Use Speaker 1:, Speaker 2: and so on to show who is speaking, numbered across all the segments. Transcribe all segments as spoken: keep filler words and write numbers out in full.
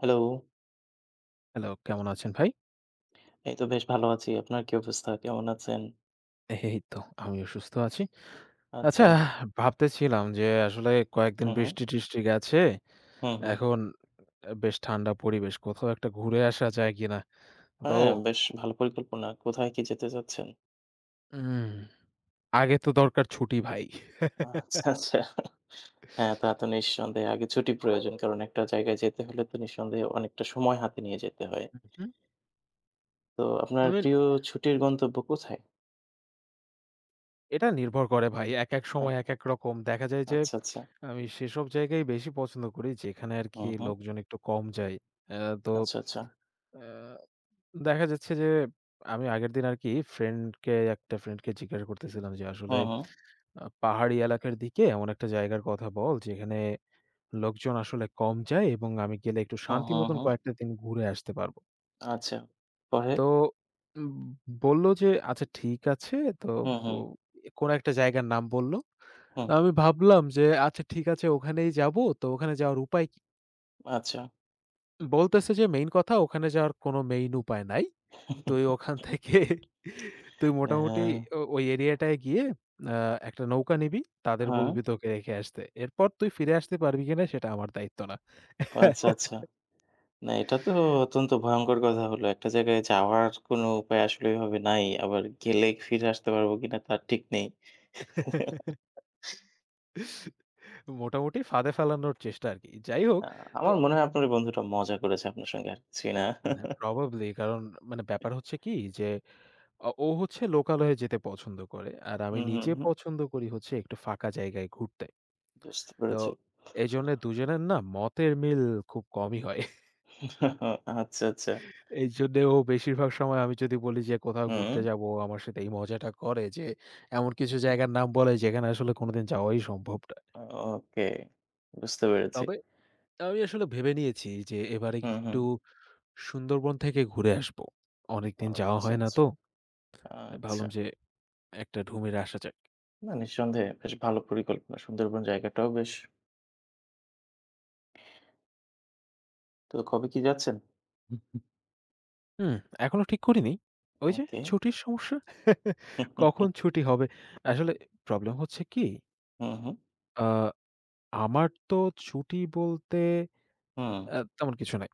Speaker 1: Hello.
Speaker 2: Hello, কেমন আছেন ভাই?
Speaker 1: এই তো বেশ ভালো আছি। আপনার কি অবস্থা? কেমন আছেন?
Speaker 2: এই তো আমিও সুস্থ আছি। আচ্ছা,
Speaker 1: আচ্ছা।
Speaker 2: ভাবতেছিলাম যে আসলে কয়েকদিন
Speaker 1: হু, হু।
Speaker 2: বৃষ্টি-টিষ্টি গেছে।
Speaker 1: হু, হু।
Speaker 2: এখন আ বেশ ঠান্ডা পরিবেশ। কোথাও একটা ঘুরে আসা যায় কিনা? তো
Speaker 1: হ্যাঁ, বেশ ভালো পরিকল্পনা। কোথায় কি যেতে চাচ্ছেন?
Speaker 2: উম আগে তো দরকার ছুটি ভাই।
Speaker 1: আচ্ছা, আচ্ছা। হ্যাঁ, তা তো নিঃসন্দেহে আগে ছুটি প্রয়োজন। কারণ একটা জায়গায় যেতে হলে তো নিঃসন্দেহে অনেকটা সময় হাতে নিয়ে যেতে হয়।
Speaker 2: উহু।
Speaker 1: তো আপনার
Speaker 2: I mean,
Speaker 1: প্রিয় ছুটির গন্তব্য কোথায়?
Speaker 2: এটা নির্ভর করে ভাই। একেক
Speaker 1: আ
Speaker 2: সময় একেক রকম। দেখা যায় যে
Speaker 1: আচ্ছা, আচ্ছা।
Speaker 2: আমি সেসব জায়গায় বেশি পছন্দ করি যেখানে
Speaker 1: হু,
Speaker 2: আরকি
Speaker 1: হু।
Speaker 2: লোকজন একটু কম যায়। আ তো
Speaker 1: আচ্ছা, আচ্ছা।
Speaker 2: আ দেখা যাচ্ছে যে আমি আগের দিন আরকি ফ্রেন্ডকে একটা ফ্রেন্ডকে জিজ্ঞাসা করতেছিলাম যে
Speaker 1: হু,
Speaker 2: আসলে
Speaker 1: হু।
Speaker 2: আ পাহাড়ি এলাকার দিকে এমন একটা জায়গার কথা বল যেখানে লোকজন আসলে কম যায় এবং আমি গেলে একটু
Speaker 1: হু,
Speaker 2: শান্তি
Speaker 1: হু,
Speaker 2: মতন
Speaker 1: হু।
Speaker 2: কয়েকটা দিন ঘুরে আসতে পারবো।
Speaker 1: আচ্ছা। পরে?
Speaker 2: তো উম বলল যে আচ্ছা, ঠিক আছে। তো
Speaker 1: হু, হু।
Speaker 2: ও কোনো একটা জায়গার নাম বলল।
Speaker 1: হু।
Speaker 2: আমি ভাবলাম যে আচ্ছা, ঠিক আছে, ওখানেই যাবো। তো ওখানে যাওয়ার উপায় কি?
Speaker 1: আচ্ছা।
Speaker 2: বলতেছে যে মেইন কথা ওখানে যাওয়ার কোনো মেইন উপায় নাই। তুই ওখান থেকে তুই মোটামুটি
Speaker 1: হ্যাঁ।
Speaker 2: ও ওই এরিয়াটায় গিয়ে আ একটা নৌকা নিবি। তাদের
Speaker 1: হ্যাঁ।
Speaker 2: বলবি তোকে রেখে আসতে। এরপর তুই ফিরে আসতে পারবি কিনা সেটা আমার দায়িত্ব না।
Speaker 1: আচ্ছা, আচ্ছা। না, এটা তো অত্যন্ত ভয়ঙ্কর কথা হলো। একটা জায়গায় যাওয়ার কোনো উপায় আসলে এভাবে নাই। আবার গেলে ফিরে আসতে পারবো কিনা তার ঠিক নেই।
Speaker 2: মোটামুটি ফাঁদে ফেলানোর চেষ্টা আরকি। যাই হোক,
Speaker 1: আ
Speaker 2: তো
Speaker 1: আমার মনে হয় আপনার ওই বন্ধুটা মজা করেছে আপনার সঙ্গে আর কিছুই না।
Speaker 2: হ্যাঁ, প্রবাবলি কারণ মানে ব্যাপার হচ্ছে কি যে অ ও হচ্ছে লোকালয়ে যেতে পছন্দ করে। আর আমি
Speaker 1: হুম, হুম,
Speaker 2: নিজে
Speaker 1: হুম।
Speaker 2: পছন্দ করি হচ্ছে একটু ফাঁকা জায়গায় ঘুরতে।
Speaker 1: বুঝতে
Speaker 2: তো
Speaker 1: পেরেছি।
Speaker 2: এজন্য দুজনের না মতের মিল খুব কমই হয়।
Speaker 1: আচ্ছা, আচ্ছা।
Speaker 2: এইজন্যে ও বেশিরভাগ সময় আমি যদি বলি যে কোথাও
Speaker 1: হুম।
Speaker 2: ঘুরতে যাবো, ও আমার সাথে এই মজাটা করে যে এমন কিছু জায়গার নাম বলে যেখানে আসলে কোনোদিন যাওয়াই সম্ভব না।
Speaker 1: ওকে। বুঝতে পেরেছি।
Speaker 2: তবে আমি আসলে ভেবে নিয়েছি যে এবারে
Speaker 1: হুম, হুম।
Speaker 2: একটু সুন্দরবন থেকে ঘুরে আসবো। অনেকদিন যাওয়া
Speaker 1: আচ্ছা,
Speaker 2: হয় না
Speaker 1: আচ্ছা,
Speaker 2: তো। তাই
Speaker 1: আচ্ছা।
Speaker 2: ভাবলাম যে একটা ঢু মেরে আসা যাক।
Speaker 1: না নিঃসন্দেহে বেশ ভালো পরিকল্পনা। সুন্দরবন জায়গাটাও বেশ। তো কবে কি যাচ্ছেন?
Speaker 2: হুম, এখনো ঠিক করিনি। ওই যে
Speaker 1: ওকে।
Speaker 2: ছুটির সমস্যা। কখন ছুটি হবে? আসলে প্রবলেম হচ্ছে কি?
Speaker 1: হুম, হুম, হুম।
Speaker 2: আ আমার তো ছুটি বলতে
Speaker 1: হুম।
Speaker 2: আ তেমন কিছু নাই।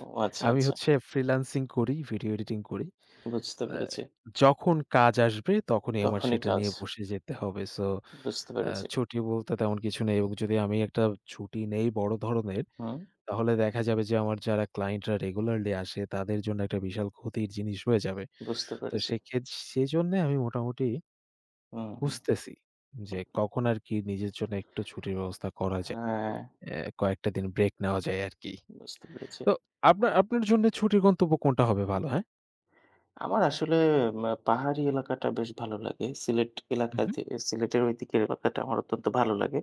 Speaker 1: ও, আচ্ছা,
Speaker 2: আমি
Speaker 1: আচ্ছা।
Speaker 2: হচ্ছে ফ্রিল্যান্সিং করি, ভিডিও এডিটিং করি।
Speaker 1: বুঝতে
Speaker 2: আ
Speaker 1: পেরেছি।
Speaker 2: যখন কাজ আসবে তখনই আমার
Speaker 1: তখনই
Speaker 2: সেটা
Speaker 1: কাজ।
Speaker 2: নিয়ে বসে যেতে হবে। সো
Speaker 1: বুঝতে
Speaker 2: আ
Speaker 1: পেরেছি।
Speaker 2: ছুটি বলতে তেমন কিছু নেই এবং যদি আমি একটা ছুটি নেই বড় ধরনের,
Speaker 1: হুম,
Speaker 2: তাহলে দেখা যাবে যে আমার যারা ক্লায়েন্টরা রেগুলারলি আসে তাদের জন্য একটা বিশাল ক্ষতির জিনিস হয়ে যাবে।
Speaker 1: বুঝতে
Speaker 2: তো
Speaker 1: পেরেছি।
Speaker 2: সেক্ষেত সেজন্যে আমি মোটামুটি
Speaker 1: হুম, হুম।
Speaker 2: খুঁজতেছি যে কখন আরকি নিজের জন্য একটু ছুটির ব্যবস্থা করা যায়।
Speaker 1: হ্যাঁ,
Speaker 2: অ্যা কয়েকটা দিন ব্রেক নেওয়া যায় আরকি।
Speaker 1: বুঝতে পেরেছি।
Speaker 2: তো আপনার আপনার জন্য ছুটির গন্তব্য কোনটা হবে ভালো? হ্যাঁ?
Speaker 1: আমার আসলে মা পাহাড়ি এলাকাটা বেশ ভালো লাগে। সিলেট এলাকা
Speaker 2: Mhm.
Speaker 1: যে সিলেটের ঐদিকের এলাকাটা আমার অত্যন্ত ভালো লাগে।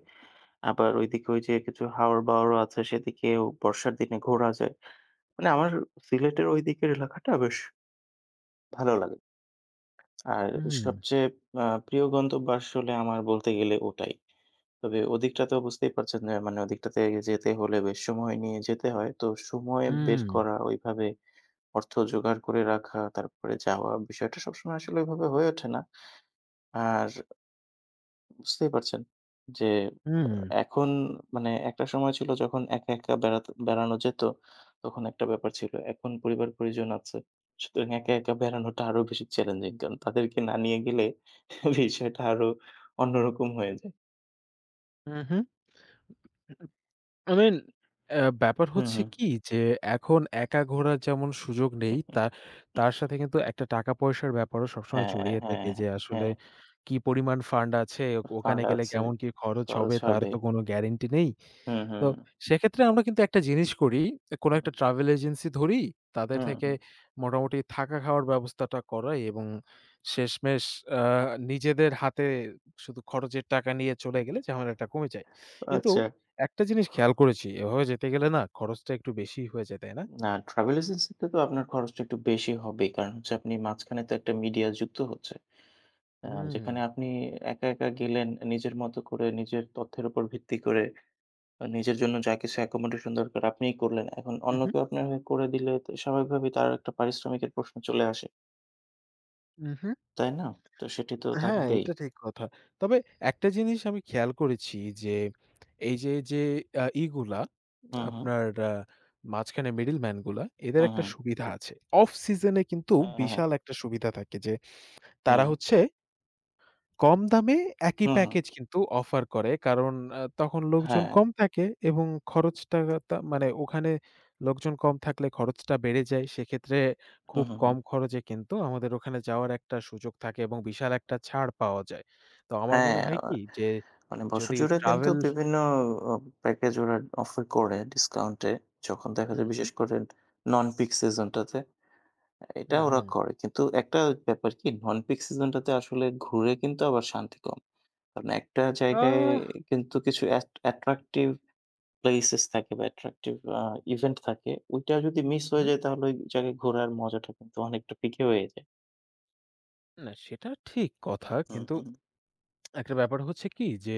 Speaker 1: আবার ঐদিকে ওই যে কিছু হাওর-বাওরও আছে সেদিকেও বর্ষার দিনে ঘোরা যায়। মানে আমার সিলেটের ঐদিকের এলাকাটা বেশ ভালো লাগে। আর
Speaker 2: Mm,
Speaker 1: সবচেয়ে আ প্রিয় গন্তব্য আসলে আমার বলতে গেলে ওটাই। তবে ওদিকটা তো বুঝতেই পারছেন যে মানে ওদিকটাতে যেতে হলে বেশ সময় নিয়ে যেতে হয়। তো সময় বের
Speaker 2: mm,
Speaker 1: করা ওইভাবে অর্থ জোগাড় করে রাখা, তারপরে যাওয়া বিষয়টা সবসময় আসলে ওইভাবে হয়ে ওঠে না। আর বুঝতেই পারছেন যে আ
Speaker 2: mm,
Speaker 1: এখন মানে একটা সময় ছিল যখন একা, একা বেড়াতে বেড়ানো যেত, তখন একটা ব্যাপার ছিল। এখন পরিবার-পরিজন আছে। সুতরাং একা, একা বেড়ানোটা আরো বেশি চ্যালেঞ্জিং। কারণ তাদেরকে না নিয়ে গেলে বিষয়টা আরো অন্যরকম হয়ে যায়।
Speaker 2: mhm। I mean, অ্যা ব্যাপার
Speaker 1: হুম,
Speaker 2: হচ্ছে
Speaker 1: হুম।
Speaker 2: কি যে এখন একা ঘোরার যেমন সুযোগ নেই, তা তার সাথে কিন্তু একটা টাকা-পয়সার ব্যাপারও সবসময়
Speaker 1: হ্যাঁ,
Speaker 2: জড়িয়ে থাকে
Speaker 1: হ্যাঁ,
Speaker 2: যে আসলে
Speaker 1: হ্যাঁ।
Speaker 2: কি পরিমাণ ফান্ড আছে, ওক
Speaker 1: ফান্ড
Speaker 2: ওখানে গেলে
Speaker 1: আছে,
Speaker 2: কেমন কি খরচ
Speaker 1: খরচ
Speaker 2: হবে তার
Speaker 1: হবে।
Speaker 2: তো কোনো গ্যারান্টি নেই।
Speaker 1: হুম,
Speaker 2: তো
Speaker 1: হুম,
Speaker 2: সেক্ষেত্রে আমরা কিন্তু একটা জিনিস করি, কোনো
Speaker 1: হুম,
Speaker 2: একটা ট্রাভেল এজেন্সি ধরি, তাদের
Speaker 1: হুম,
Speaker 2: থেকে
Speaker 1: হুম।
Speaker 2: মোটামুটি থাকা খাওয়ার ব্যবস্থাটা করাই এবং শেষমেষ আ নিজেদের হাতে শুধু খরচের টাকা নিয়ে চলে গেলে ঝামেলাটা কমে যায়। কিন্তু
Speaker 1: আচ্ছা।
Speaker 2: একটা জিনিস খেয়াল করেছি, এভাবে যেতে গেলে না খরচটা একটু বেশিই হয়ে যায়, তাই না?
Speaker 1: না ট্রাভেল এজেন্সিতে তো আপনার খরচটা একটু বেশি হবেই। কারণ হচ্ছে আপনি মাঝখানে তো একটা মিডিয়া যুক্ত হচ্ছে। আ যেখানে আপনি একা, একা গেলেন নিজের মতো করে, নিজের তথ্যের উপর ভিত্তি করে আ নিজের জন্য যা কিছু accommodation দরকার আপনিই করলেন। এখন অন্য
Speaker 2: উহু,
Speaker 1: কেউ আপনার হয়ে করে দিলে তো স্বাভাবিকভাবেই তার একটা পারিশ্রমিকের প্রশ্ন চলে আসে।
Speaker 2: উহু।
Speaker 1: তাই না? তো সেটি তো
Speaker 2: হ্যাঁ,
Speaker 1: থাকবেই।
Speaker 2: এটা ঠিক কথা। তবে একটা জিনিস আমি খেয়াল করেছি যে, এই যে, যে, আ ইগুলা
Speaker 1: হুম, হুম।
Speaker 2: আপনার আ মাঝখানে মিডল ম্যান গুলা এদের
Speaker 1: হুম,
Speaker 2: একটা
Speaker 1: হুম।
Speaker 2: সুবিধা আছে। অফ সিজন এ কিন্তু
Speaker 1: হ্যাঁ, হ্যাঁ।
Speaker 2: বিশাল একটা সুবিধা থাকে যে,
Speaker 1: হুম।
Speaker 2: তারা হচ্ছে কম দামে একই
Speaker 1: হুম, হুম।
Speaker 2: প্যাকেজ কিন্তু অফার করে। কারণ আ তখন লোকজন
Speaker 1: হ্যাঁ।
Speaker 2: কম থাকে এবং খরচটা তা মানে ওখানে লোকজন কম থাকলে খরচটা বেড়ে যায়। সেক্ষেত্রে
Speaker 1: হুম,
Speaker 2: খুব
Speaker 1: হুম,
Speaker 2: কম
Speaker 1: হুম।
Speaker 2: খরচে কিন্তু আমাদের ওখানে যাওয়ার একটা সুযোগ থাকে এবং বিশাল একটা ছাড় পাওয়া যায়। তো আমার মনে
Speaker 1: হ্যাঁ,
Speaker 2: হয়
Speaker 1: আ
Speaker 2: কি যে
Speaker 1: মানে বছর
Speaker 2: যদি
Speaker 1: জুড়ে কিন্তু
Speaker 2: ট্রাভেল
Speaker 1: বিভিন্ন অ প্যাকেজ ওরা অফার করে ডিসকাউন্টে। যখন দেখা
Speaker 2: হুম,
Speaker 1: যায়
Speaker 2: হুম,
Speaker 1: বিশেষ করে non peak season টাতে। এটা
Speaker 2: হুম,
Speaker 1: ওরা
Speaker 2: হুম।
Speaker 1: করে। কিন্তু একটা ব্যাপার কি নন পিক সিজনটাতে আসলে ঘুরে কিন্তু আবার শান্তি কম। কারণ একটা জায়গায়
Speaker 2: আহ,
Speaker 1: কিন্তু কিছু অ্যাট অ্যাট্রাকটিভ প্লেসেস থাকে বা অ্যাট্রাকটিভ আ ইভেন্ট থাকে। ওইটা যদি মিস হয়ে
Speaker 2: হুম,
Speaker 1: যায় তাহলে ওই জায়গায় ঘোরার মজাটা কিন্তু অনেকটা ফিকে হয়ে যায়।
Speaker 2: না সেটা ঠিক কথা।
Speaker 1: হুম,
Speaker 2: কিন্তু
Speaker 1: হুম।
Speaker 2: একটা ব্যাপার হচ্ছে কি যে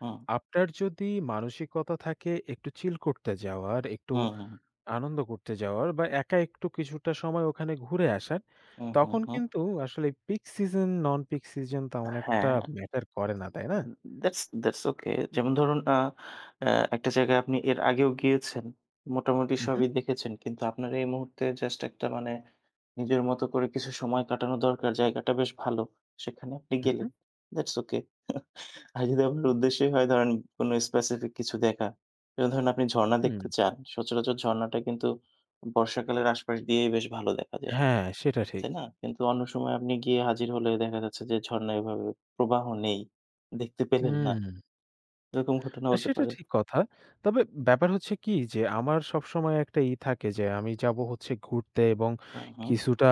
Speaker 1: হুম,
Speaker 2: আপনার যদি মানসিকতা থাকে একটু চিল করতে যাওয়ার, একটু
Speaker 1: হুম, হুম,
Speaker 2: আনন্দ করতে যাওয়ার বা একা একটু কিছুটা সময় ওখানে ঘুরে আসার,
Speaker 1: হুম, হুম,
Speaker 2: তখন
Speaker 1: হুম।
Speaker 2: কিন্তু আসলে peak season non peak season তেমন
Speaker 1: হ্যাঁ।
Speaker 2: একটা ম্যাটার করে না, তাই না?
Speaker 1: Um that's that's okay. যেমন ধরুন আ অ্যা একটা জায়গায় আপনি এর আগেও গিয়েছেন। মোটামুটি
Speaker 2: উহু,
Speaker 1: সবই দেখেছেন। কিন্তু আপনার এই মুহূর্তে জাস্ট একটা মানে নিজের মতো করে কিছু সময় কাটানো দরকার। জায়গাটা বেশ ভালো। সেখানে আপনি
Speaker 2: উহু।
Speaker 1: গেলেন। That's okay. আর যদি আপনার উদ্দেশ্যই হয় ধরেন কোনো স্পেসিফিক কিছু দেখা। যেমন ধরেন আপনি ঝরণা
Speaker 2: হুম, হুম।
Speaker 1: দেখতে চান। সচরাচর ঝরণাটা কিন্তু বর্ষাকালের আশপাশ দিয়েই বেশ ভালো দেখা যায়।
Speaker 2: হ্যাঁ, সেটা ঠিক।
Speaker 1: তাই না? কিন্তু অন্য সময় আপনি গিয়ে হাজির হলে দেখা যাচ্ছে যে ঝরণা এভাবে প্রবাহ নেই। দেখতে পেলেন না।
Speaker 2: হুম।
Speaker 1: এরকম ঘটনা হতে
Speaker 2: সেটা
Speaker 1: পারে।
Speaker 2: ঠিক কথা। তবে ব্যাপার হচ্ছে কি যে আমার সবসময় একটা ই থাকে যে আমি যাবো হচ্ছে ঘুরতে এবং
Speaker 1: হুম, হুম।
Speaker 2: কিছুটা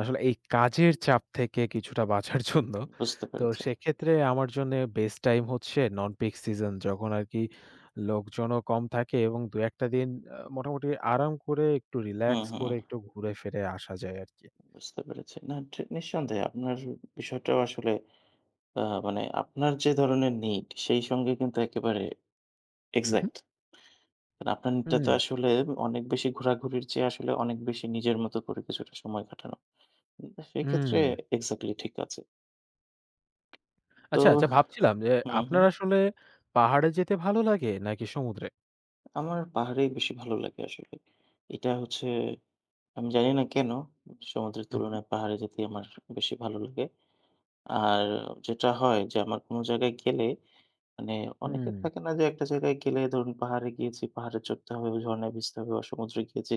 Speaker 2: আসলে এই কাজের চাপ থেকে কিছুটা বাঁচার জন্য।
Speaker 1: বুঝতে
Speaker 2: তো
Speaker 1: পেরেছি।
Speaker 2: সেক্ষেত্রে আমার জন্য বেস্ট টাইম হচ্ছে নন পিক সিজন যখন আরকি লোকজনও কম থাকে এবং দুই এক টা দিন আ মোটামুটি আরাম করে একটু
Speaker 1: হুম,
Speaker 2: রিল্যাক্স
Speaker 1: হুম।
Speaker 2: করে একটু ঘুরে ফিরে আসা যায় আরকি।
Speaker 1: বুঝতে পেরেছি। না ঠি নিঃসন্দেহে আপনার বিষয়টাও আসলে আ মানে আপনার যে ধরনের need সেই সঙ্গে কিন্তু একেবারে
Speaker 2: উহু।
Speaker 1: এক্সাক্ট। কারণ আপনার need
Speaker 2: হুম,
Speaker 1: তো
Speaker 2: হুম।
Speaker 1: আসলে অনেক বেশি ঘোরাঘুরির চেয়ে আসলে অনেক বেশি নিজের মতো করে কিছুটা সময় কাটানো। উম, সেই
Speaker 2: হুম, হুম।
Speaker 1: ক্ষেত্রে এক্সাক্টলি ঠিক আছে। তো
Speaker 2: আচ্ছা, আচ্ছা, ভাবছিলাম যে
Speaker 1: হুম, হুম।
Speaker 2: আপনার আসলে পাহাড়ে যেতে ভালো লাগে নাকি সমুদ্রে?
Speaker 1: আমার পাহাড়েই বেশি ভালো লাগে আসলে। এটা হচ্ছে আমি জানি না কেন সমুদ্রের
Speaker 2: উহু।
Speaker 1: তুলনায় পাহাড়ে যেতেই আমার বেশি ভালো লাগে। আর যেটা হয় যে আমার কোনো জায়গায় গেলে মানে
Speaker 2: হুম,
Speaker 1: অনেকের থাকে না যে একটা জায়গায় গেলে ধরুন পাহাড়ে গিয়েছি, পাহাড়ে চড়তে হবে, ঝরণায় ভিজতে হবে বা সমুদ্রে গিয়েছি,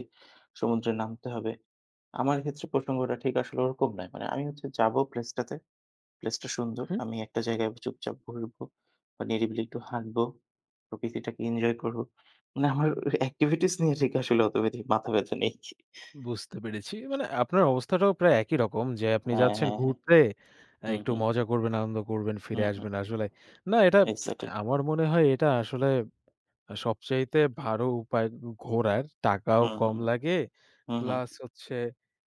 Speaker 1: সমুদ্রে নামতে হবে। আমার ক্ষেত্রে প্রসঙ্গটা ঠিক আসলে ওরকম নয়। মানে আমি হচ্ছে যাবো প্লেসটাতে, প্লেসটা সুন্দর।
Speaker 2: হুম,
Speaker 1: আমি একটা জায়গায় চুপচাপ ঘুরবো বা নিরিবিলি একটু হাঁটবো, প্রকৃতিটাকে এনজয় করবো। মানে আমার এক্টিভিটিস নিয়ে ঠিক আসলে অত বেশি মাথা ব্যথা নেই।
Speaker 2: বুঝতে পেরেছি। মানে আপনার অবস্থাটাও প্রায় একই রকম যে আপনি
Speaker 1: হ্যাঁ,
Speaker 2: যাচ্ছেন
Speaker 1: হ্যাঁ, হ্যাঁ।
Speaker 2: ঘুরতে, আ
Speaker 1: হুম,
Speaker 2: একটু
Speaker 1: হুম।
Speaker 2: মজা করবেন, আনন্দ করবেন, ফিরে
Speaker 1: হুম, হুম,
Speaker 2: আসবেন
Speaker 1: হুম।
Speaker 2: আসলে। না, এটা
Speaker 1: এক্সাক্টলি।
Speaker 2: আমার মনে হয় এটা আসলে সবচাইতে ভালো উপায় ঘোরার। টাকাও
Speaker 1: হুম,
Speaker 2: কম
Speaker 1: হুম,
Speaker 2: লাগে,
Speaker 1: হুম, হুম।
Speaker 2: প্লাস হচ্ছে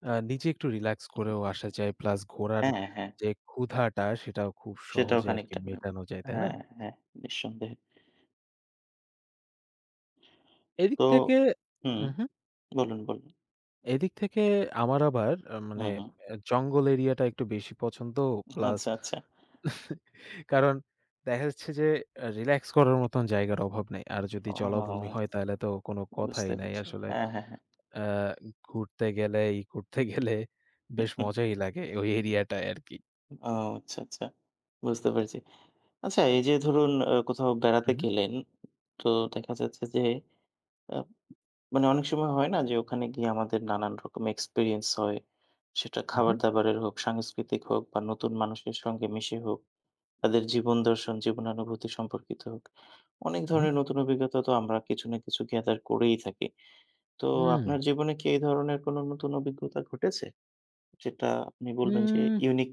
Speaker 2: আ নিজে একটু রিল্যাক্স করেও আসা যায়, প্লাস ঘোরার
Speaker 1: হ্যাঁ, হ্যাঁ।
Speaker 2: যে ক্ষুধাটা সেটাও খুব
Speaker 1: সেটাও
Speaker 2: সহজে আরকি
Speaker 1: খানিকটা মেমরি।
Speaker 2: মেটানো যায়, তাই না?
Speaker 1: হ্যাঁ, হ্যাঁ, নিঃসন্দেহে।
Speaker 2: এদিক
Speaker 1: তো
Speaker 2: থেকে
Speaker 1: হুম,
Speaker 2: উহু।
Speaker 1: বলুন, বলুন।
Speaker 2: এদিক থেকে আমার আবার আ
Speaker 1: হুম,
Speaker 2: মানে
Speaker 1: হুম।
Speaker 2: অ্যা জঙ্গল এরিয়াটা একটু বেশি পছন্দ। প্লাস
Speaker 1: আচ্ছা, আচ্ছা।
Speaker 2: কারণ দেখা যাচ্ছে যে আ রিল্যাক্স করার মতন জায়গার অভাব নাই। আর যদি জলাভূমি
Speaker 1: ও,
Speaker 2: হয় তাহলে তো কোনো কথাই
Speaker 1: বুঝতে
Speaker 2: নাই
Speaker 1: পেরেছি।
Speaker 2: আসলে।
Speaker 1: হ্যাঁ, হ্যাঁ, হ্যাঁ।
Speaker 2: আ ঘুরতে গেলে, ই করতে গেলে বেশ মজাই লাগে ওই এরিয়াটায় আরকি।
Speaker 1: ও আচ্ছা, আচ্ছা। বুঝতে পেরেছি। আচ্ছা এই যে ধরুন আ কোথাও বেড়াতে
Speaker 2: উহু,
Speaker 1: গেলেন, তো দেখা যাচ্ছে যে আ মানে অনেক সময় হয় না যে ওখানে গিয়ে আমাদের নানান রকম এক্সপেরিয়েন্স হয়। সেটা
Speaker 2: উহু,
Speaker 1: খাবার-দাবারের হোক, সাংস্কৃতিক হোক বা নতুন মানুষের সঙ্গে মিশে হোক। তাদের জীবন দর্শন, জীবনানুভূতি সম্পর্কিত হোক। অনেক
Speaker 2: উহু,
Speaker 1: ধরনের নতুন অভিজ্ঞতা তো আমরা কিছু না কিছু গ্যাদার করেই থাকি। তো
Speaker 2: হুম,
Speaker 1: আপনার জীবনে কি এই ধরনের কোনো নতুন অভিজ্ঞতা ঘটেছে? যেটা আপনি বলবেন যে
Speaker 2: হুম,
Speaker 1: ইউনিক।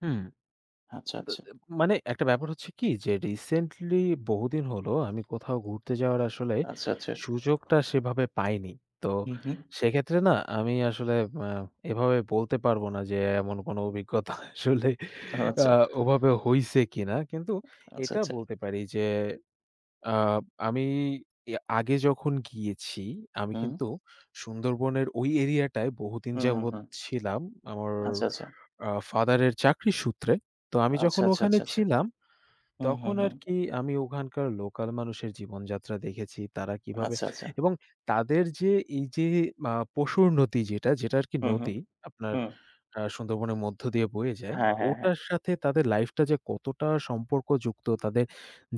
Speaker 2: হুম।
Speaker 1: আচ্ছা, আচ্ছা,
Speaker 2: মানে একটা ব্যাপার হচ্ছে কি যে রিসেন্টলি বহুদিন হলো আমি কোথাও ঘুরতে যাওয়ার আসলে
Speaker 1: আচ্ছা, আচ্ছা।
Speaker 2: সুযোগটা সেভাবে পাইনি। তো
Speaker 1: হুম, হুম।
Speaker 2: সেক্ষেত্রে না আমি আসলে আ এভাবে বলতে পারবো না যে এমন কোনো অভিজ্ঞতা আসলে
Speaker 1: ও
Speaker 2: আ
Speaker 1: আচ্ছা,
Speaker 2: ওভাবে হইছে কিনা। কিন্তু
Speaker 1: আচ্ছা,
Speaker 2: এটা
Speaker 1: আচ্ছা।
Speaker 2: বলতে পারি যে আ আমি এ আগে যখন গিয়েছি আমি
Speaker 1: হুম,
Speaker 2: কিন্তু সুন্দরবনের ওই এরিয়াটায় বহুদিন
Speaker 1: হুম, হুম,
Speaker 2: যাবৎ
Speaker 1: হুম।
Speaker 2: ছিলাম আমার
Speaker 1: আচ্ছা, আচ্ছা,
Speaker 2: আ ফাদারের চাকরির সূত্রে। তো আমি
Speaker 1: আচ্ছা,
Speaker 2: যখন
Speaker 1: আচ্ছা,
Speaker 2: ওখানে
Speaker 1: আচ্ছা, আচ্ছা।
Speaker 2: ছিলাম
Speaker 1: হুম, হুম,
Speaker 2: তখন
Speaker 1: হুম।
Speaker 2: আরকি আমি ওখানকার লোকাল মানুষের জীবনযাত্রা দেখেছি। তারা কিভাবে
Speaker 1: আচ্ছা, আচ্ছা।
Speaker 2: এবং তাদের যে এই যে আ পশুর নদী যেটা, যেটা আরকি
Speaker 1: হুম, হুম।
Speaker 2: নদী আপনার
Speaker 1: হুম।
Speaker 2: আ সুন্দরবনের মধ্য দিয়ে বয়ে যায়।
Speaker 1: হ্যাঁ, হ্যাঁ, হ্যাঁ।
Speaker 2: ওটার সাথে তাদের লাইফটা যে কতটা সম্পর্কযুক্ত, তাদের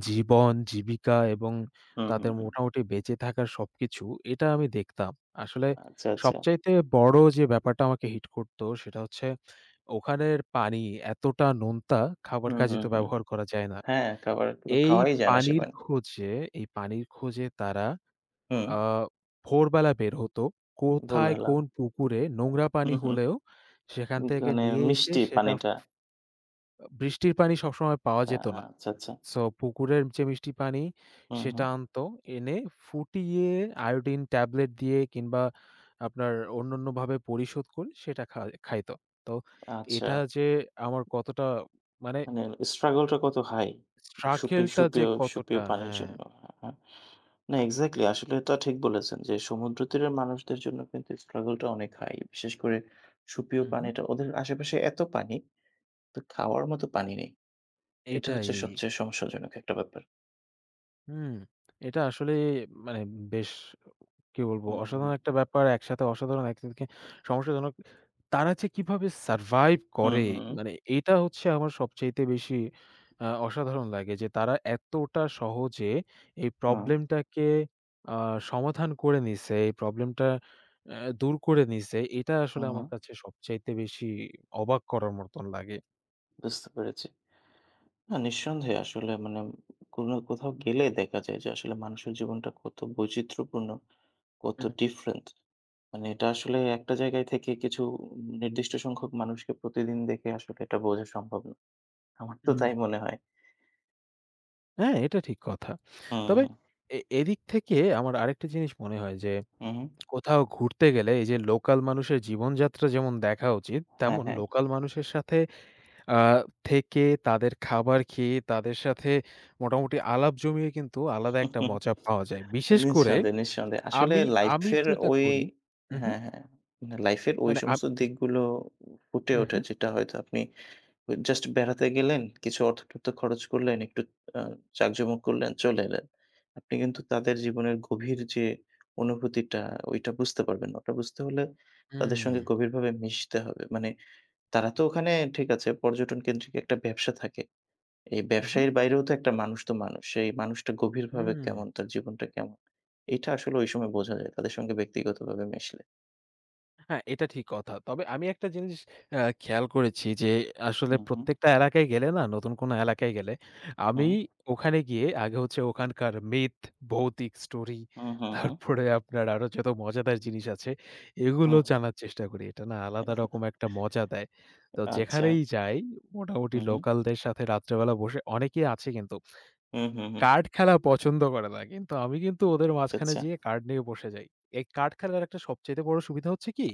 Speaker 2: জীবন, জীবিকা এবং
Speaker 1: হুম, হুম,
Speaker 2: তাদের
Speaker 1: হুম।
Speaker 2: মোটামুটি বেঁচে থাকার সবকিছু এটা আমি দেখতাম। আসলে
Speaker 1: আচ্ছা, আচ্ছা।
Speaker 2: সবচাইতে বড় যে ব্যাপারটা আমাকে হিট করত সেটা হচ্ছে ওখানের পানি এতটা নোনতা, খাবার
Speaker 1: হুম,
Speaker 2: কাজে
Speaker 1: হুম,
Speaker 2: তো
Speaker 1: হুম।
Speaker 2: ব্যবহার করা যায় না।
Speaker 1: হ্যাঁ, খাবার তো
Speaker 2: এই
Speaker 1: খাওয়াই যায় না
Speaker 2: পানির
Speaker 1: সেভাবে।
Speaker 2: খোঁজে এই পানির খোঁজে তারা
Speaker 1: হুম,
Speaker 2: আ ভোরবেলা বের হতো। কোথায়
Speaker 1: ভোরবেলা।
Speaker 2: কোন পুকুরে নোংরা পানি
Speaker 1: হুম, হুম।
Speaker 2: হলেও সেখান থেকে
Speaker 1: মানে
Speaker 2: নিয়ে এসে
Speaker 1: মিষ্টি
Speaker 2: সেটা ফ
Speaker 1: পানিটা।
Speaker 2: বৃষ্টির পানি সবসময় পাওয়া
Speaker 1: আ
Speaker 2: যেত না।
Speaker 1: আচ্ছা, আচ্ছা।
Speaker 2: সো পুকুরের যে মিষ্টি পানি
Speaker 1: হুম, হুম।
Speaker 2: সেটা আনতো। এনে ফুটিয়ে আয়োডিন ট্যাবলেট দিয়ে কিংবা আপনার অন্যান্যভাবে পরিশোধ করে সেটা খা খাইত। তো
Speaker 1: আচ্ছা।
Speaker 2: এটা যে আমার কতটা মানে
Speaker 1: মানে struggle টা কত হাই।
Speaker 2: স্ট্রাগেল
Speaker 1: সুপেয়
Speaker 2: টা যে
Speaker 1: সুপেয় সুপেয়
Speaker 2: কতটা
Speaker 1: পানির
Speaker 2: হ্যাঁ।
Speaker 1: জন্য। হ্যাঁ, হ্যাঁ। না এক্সাক্টলি আসলে এটা ঠিক বলেছেন যে সমুদ্র তীরের মানুষদের জন্য কিন্তু struggle টা অনেক হাই। বিশেষ করে সুপেয়
Speaker 2: উহু,
Speaker 1: পানিটা ওদের আশেপাশে এত পানি, তো খাওয়ার মতো পানি নেই। এটা
Speaker 2: এটাই।
Speaker 1: হচ্ছে সবচেয়ে সমস্যাজনক একটা ব্যাপার।
Speaker 2: হুম, এটা আসলে মানে বেশ কি বলবো?
Speaker 1: হুম, হুম,
Speaker 2: অসাধারণ একটা ব্যাপার। একসাথে অসাধারণ, একদিকে সমস্যাজনক। তারা যে কিভাবে সারভাইভ
Speaker 1: হুম,
Speaker 2: করে
Speaker 1: হুম,
Speaker 2: মানে এটা হচ্ছে আমার সবচাইতে বেশি আ অসাধারণ লাগে যে তারা এতটা সহজে এই
Speaker 1: হুম,
Speaker 2: প্রবলেমটাকে আ সমাধান করে নিছে। এই প্রবলেমটা আ দূর করে নিছে। এটা আসলে
Speaker 1: হুম, হুম,
Speaker 2: আমার কাছে সবচাইতে বেশি অবাক করার মতন লাগে।
Speaker 1: বুঝতে পেরেছি। না, নিঃসন্দেহে আসলে মানে কোনো কোথাও গেলে দেখা যায় যে আসলে মানুষের জীবনটা কত বৈচিত্র্যপূর্ণ, কত
Speaker 2: হুম।
Speaker 1: ডিফারেন্ট। মানে এটা আসলে একটা জায়গায় থেকে কিছু নির্দিষ্ট সংখ্যক মানুষকে প্রতিদিন দেখে আসলে এটা বোঝা সম্ভব না। আমার তো
Speaker 2: হুম।
Speaker 1: তাই মনে হয়।
Speaker 2: হ্যাঁ, এটা ঠিক কথা।
Speaker 1: হুম,
Speaker 2: তবে
Speaker 1: হুম,
Speaker 2: এ এদিক থেকে আমার আরেকটা জিনিস মনে হয় যে,
Speaker 1: হুম, হুম।
Speaker 2: কোথাও ঘুরতে গেলে এই যে লোকাল মানুষের জীবনযাত্রা যেমন দেখা উচিত,
Speaker 1: হ্যাঁ,
Speaker 2: তেমন
Speaker 1: হ্যাঁ।
Speaker 2: লোকাল মানুষের সাথে আ থেকে তাদের খাবার খেয়ে তাদের সাথে মোটামুটি আলাপ জমিয়ে কিন্তু আলাদা একটা মজা পাওয়া যায়। বিশেষ করে
Speaker 1: নিঃসন্দেহে, নিঃসন্দেহে। আসলে
Speaker 2: আমি আমি
Speaker 1: লাইফের
Speaker 2: যেটা
Speaker 1: ওই
Speaker 2: করি উহু,
Speaker 1: হ্যাঁ, হ্যাঁ। মানে লাইফের ওই
Speaker 2: মানে আম
Speaker 1: সমস্ত দিকগুলো ফুটে ওঠে
Speaker 2: উহু,
Speaker 1: যেটা হয়তো আপনি জাস্ট বেড়াতে গেলেন, কিছু অর্থ-টর্থ খরচ করলেন, একটু আ জাঁকজমক করলেন, চলে এলেন। আপনি কিন্তু তাদের জীবনের গভীর যে অনুভূতিটা, ওইটা বুঝতে পারবেন না। ওটা বুঝতে হলে তাদের
Speaker 2: হুম,
Speaker 1: সঙ্গে গভীরভাবে মিশতে হবে। মানে তারা তো ওখানে ঠিক আছে পর্যটন কেন্দ্রিক একটা ব্যবসা থাকে। এই
Speaker 2: উহু, হুম।
Speaker 1: ব্যবসায়ীর বাইরেও তো একটা মানুষ তো মানুষ। সেই মানুষটা গভীরভাবে
Speaker 2: উম।
Speaker 1: কেমন, তার জীবনটা কেমন? এটা আসলে ওই সময় বোঝা যায় তাদের সঙ্গে ব্যক্তিগতভাবে মিশলে।
Speaker 2: হ্যাঁ, এটা ঠিক কথা। তবে আমি একটা জিনিস আ খেয়াল করেছি যে আসলে
Speaker 1: হুম, হুম,
Speaker 2: প্রত্যেকটা এলাকায় গেলে না, নতুন কোনো এলাকায় গেলে আমি
Speaker 1: হুম,
Speaker 2: ওখানে গিয়ে আগে হচ্ছে ওখানকার মিথ, ভৌতিক স্টোরি,
Speaker 1: হুম, হুম, হুম,
Speaker 2: তারপরে আপনার আরো যত মজাদার জিনিস আছে এগুলো
Speaker 1: হুম,
Speaker 2: জানার চেষ্টা করি। এটা না আলাদা রকম একটা মজা দেয়। তো
Speaker 1: আচ্ছা।
Speaker 2: যেখানেই যাই মোটামুটি
Speaker 1: হুম,
Speaker 2: লোকালদের সাথে রাত্রেবেলা বসে অনেকেই আছে কিন্তু
Speaker 1: হুম, হুম, হুম,
Speaker 2: কার্ড খেলা পছন্দ করে না। কিন্তু আমি কিন্তু ওদের
Speaker 1: আচ্ছা,
Speaker 2: মাঝখানে
Speaker 1: আচ্ছা।
Speaker 2: যেয়ে কার্ড নিয়ে বসে যাই। এই কার্ড খেলার একটা সবচাইতে বড় সুবিধা হচ্ছে কি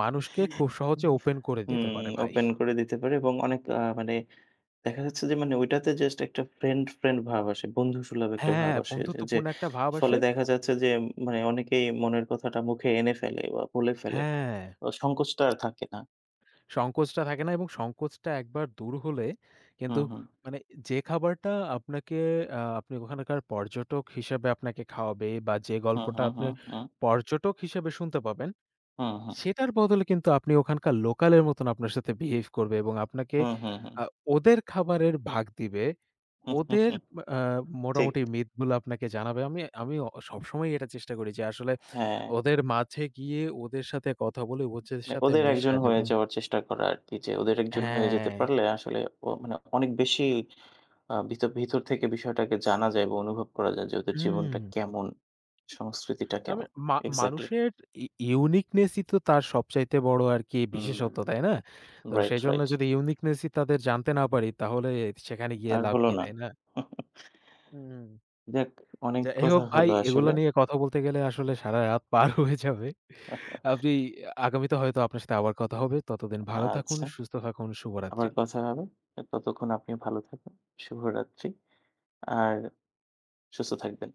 Speaker 2: মানুষকে খুব সহজে ওপেন করে
Speaker 1: হুম,
Speaker 2: দিতে পারে ভাই।
Speaker 1: ওপেন করে দিতে পারি এবং অনেক আ মানে দেখা যাচ্ছে যে মানে ওইটাতে জাস্ট একটা ফ্রেন্ড, ফ্রেন্ড ভাব আসে। বন্ধুসুলভ একটা ভাব
Speaker 2: হ্যাঁ,
Speaker 1: আসে যে, যে
Speaker 2: বন্ধুত্বপূর্ণ একটা ভাব
Speaker 1: ফলে
Speaker 2: আসে।
Speaker 1: দেখা যাচ্ছে যে মানে অনেকেই মনের কথাটা মুখে এনে ফেলে বা বলে ফেলে।
Speaker 2: হ্যাঁ,
Speaker 1: ও সংকোচটা আর থাকে না।
Speaker 2: সংকোচটা থাকে না এবং সংকোচটা একবার দূর হলে
Speaker 1: হুম,
Speaker 2: কিন্তু
Speaker 1: হুম।
Speaker 2: মানে যে খাবারটা আপনাকে আ আপনি ওখানকার পর্যটক হিসেবে আপনাকে খাওয়াবে বা যে
Speaker 1: হুম,
Speaker 2: গল্পটা
Speaker 1: হুম,
Speaker 2: আপনি
Speaker 1: হুম, হুম,
Speaker 2: পর্যটক হিসেবে শুনতে পাবেন,
Speaker 1: হুম, হুম,
Speaker 2: সেটার বদলে কিন্তু আপনি ওখানকার লোকালের মতন আপনার সাথে বিহেভ করবে এবং আপনাকে
Speaker 1: হুম, হুম, হুম।
Speaker 2: আ ওদের খাবারের ভাগ দিবে
Speaker 1: হুম হুম
Speaker 2: ওদের
Speaker 1: হুম।
Speaker 2: আ
Speaker 1: ঠিক।
Speaker 2: মোটামুটি মিথ গুলো আপনাকে জানাবে। আমি আমি অ সবসময়ই এটা চেষ্টা করি যে আসলে
Speaker 1: হ্যাঁ,
Speaker 2: ওদের মাঝে গিয়ে ওদের সাথে কথা বলে ওদের
Speaker 1: মানে
Speaker 2: সাথে
Speaker 1: ওদের একজন
Speaker 2: মেশার
Speaker 1: হয়ে
Speaker 2: এবং
Speaker 1: যাওয়ার চেষ্টা করা আরকি যে ওদের একজন হয়ে যেতে
Speaker 2: হ্যাঁ,
Speaker 1: পারলে আসলে ও মানে অনেক বেশি আ ভিতর, ভিতর থেকে বিষয়টাকে জানা যায় বা অনুভব করা যায় যে ওদের
Speaker 2: হুম।
Speaker 1: জীবনটা কেমন, সংস্কৃতিটা
Speaker 2: আমি
Speaker 1: কেমন।
Speaker 2: মা
Speaker 1: এক্সাক্টলি।
Speaker 2: মানুষের ই ইউনিকনেস ই তো তার সবচাইতে বড় আরকি
Speaker 1: হুম,
Speaker 2: বিশেষত্ব, তাই না? তো
Speaker 1: রাইট,
Speaker 2: সেজন্য
Speaker 1: রাইট।
Speaker 2: যদি ইউনিকনেস ই তাদের জানতে না পারি তাহলে সেখানে গিয়ে
Speaker 1: আর
Speaker 2: লাভ
Speaker 1: হলো
Speaker 2: কি,
Speaker 1: না।
Speaker 2: তাই না? হুম।
Speaker 1: যাক, অনেক
Speaker 2: যাই
Speaker 1: কথা
Speaker 2: হোক ভাই,
Speaker 1: হলো
Speaker 2: এগুলো
Speaker 1: আসলে।
Speaker 2: নিয়ে কথা বলতে গেলে আসলে সারারাত পার হয়ে যাবে। আপনি আগামীতে হয়তো আপনার সাথে আবার কথা হবে। ততদিন ভালো থাকুন,
Speaker 1: আচ্ছা,
Speaker 2: সুস্থ থাকুন,
Speaker 1: আবার
Speaker 2: শুভরাত্রি।
Speaker 1: কথা হবে। ততক্ষণ আপনি ভালো থাকুন। শুভরাত্রি। আর সুস্থ থাকবেন।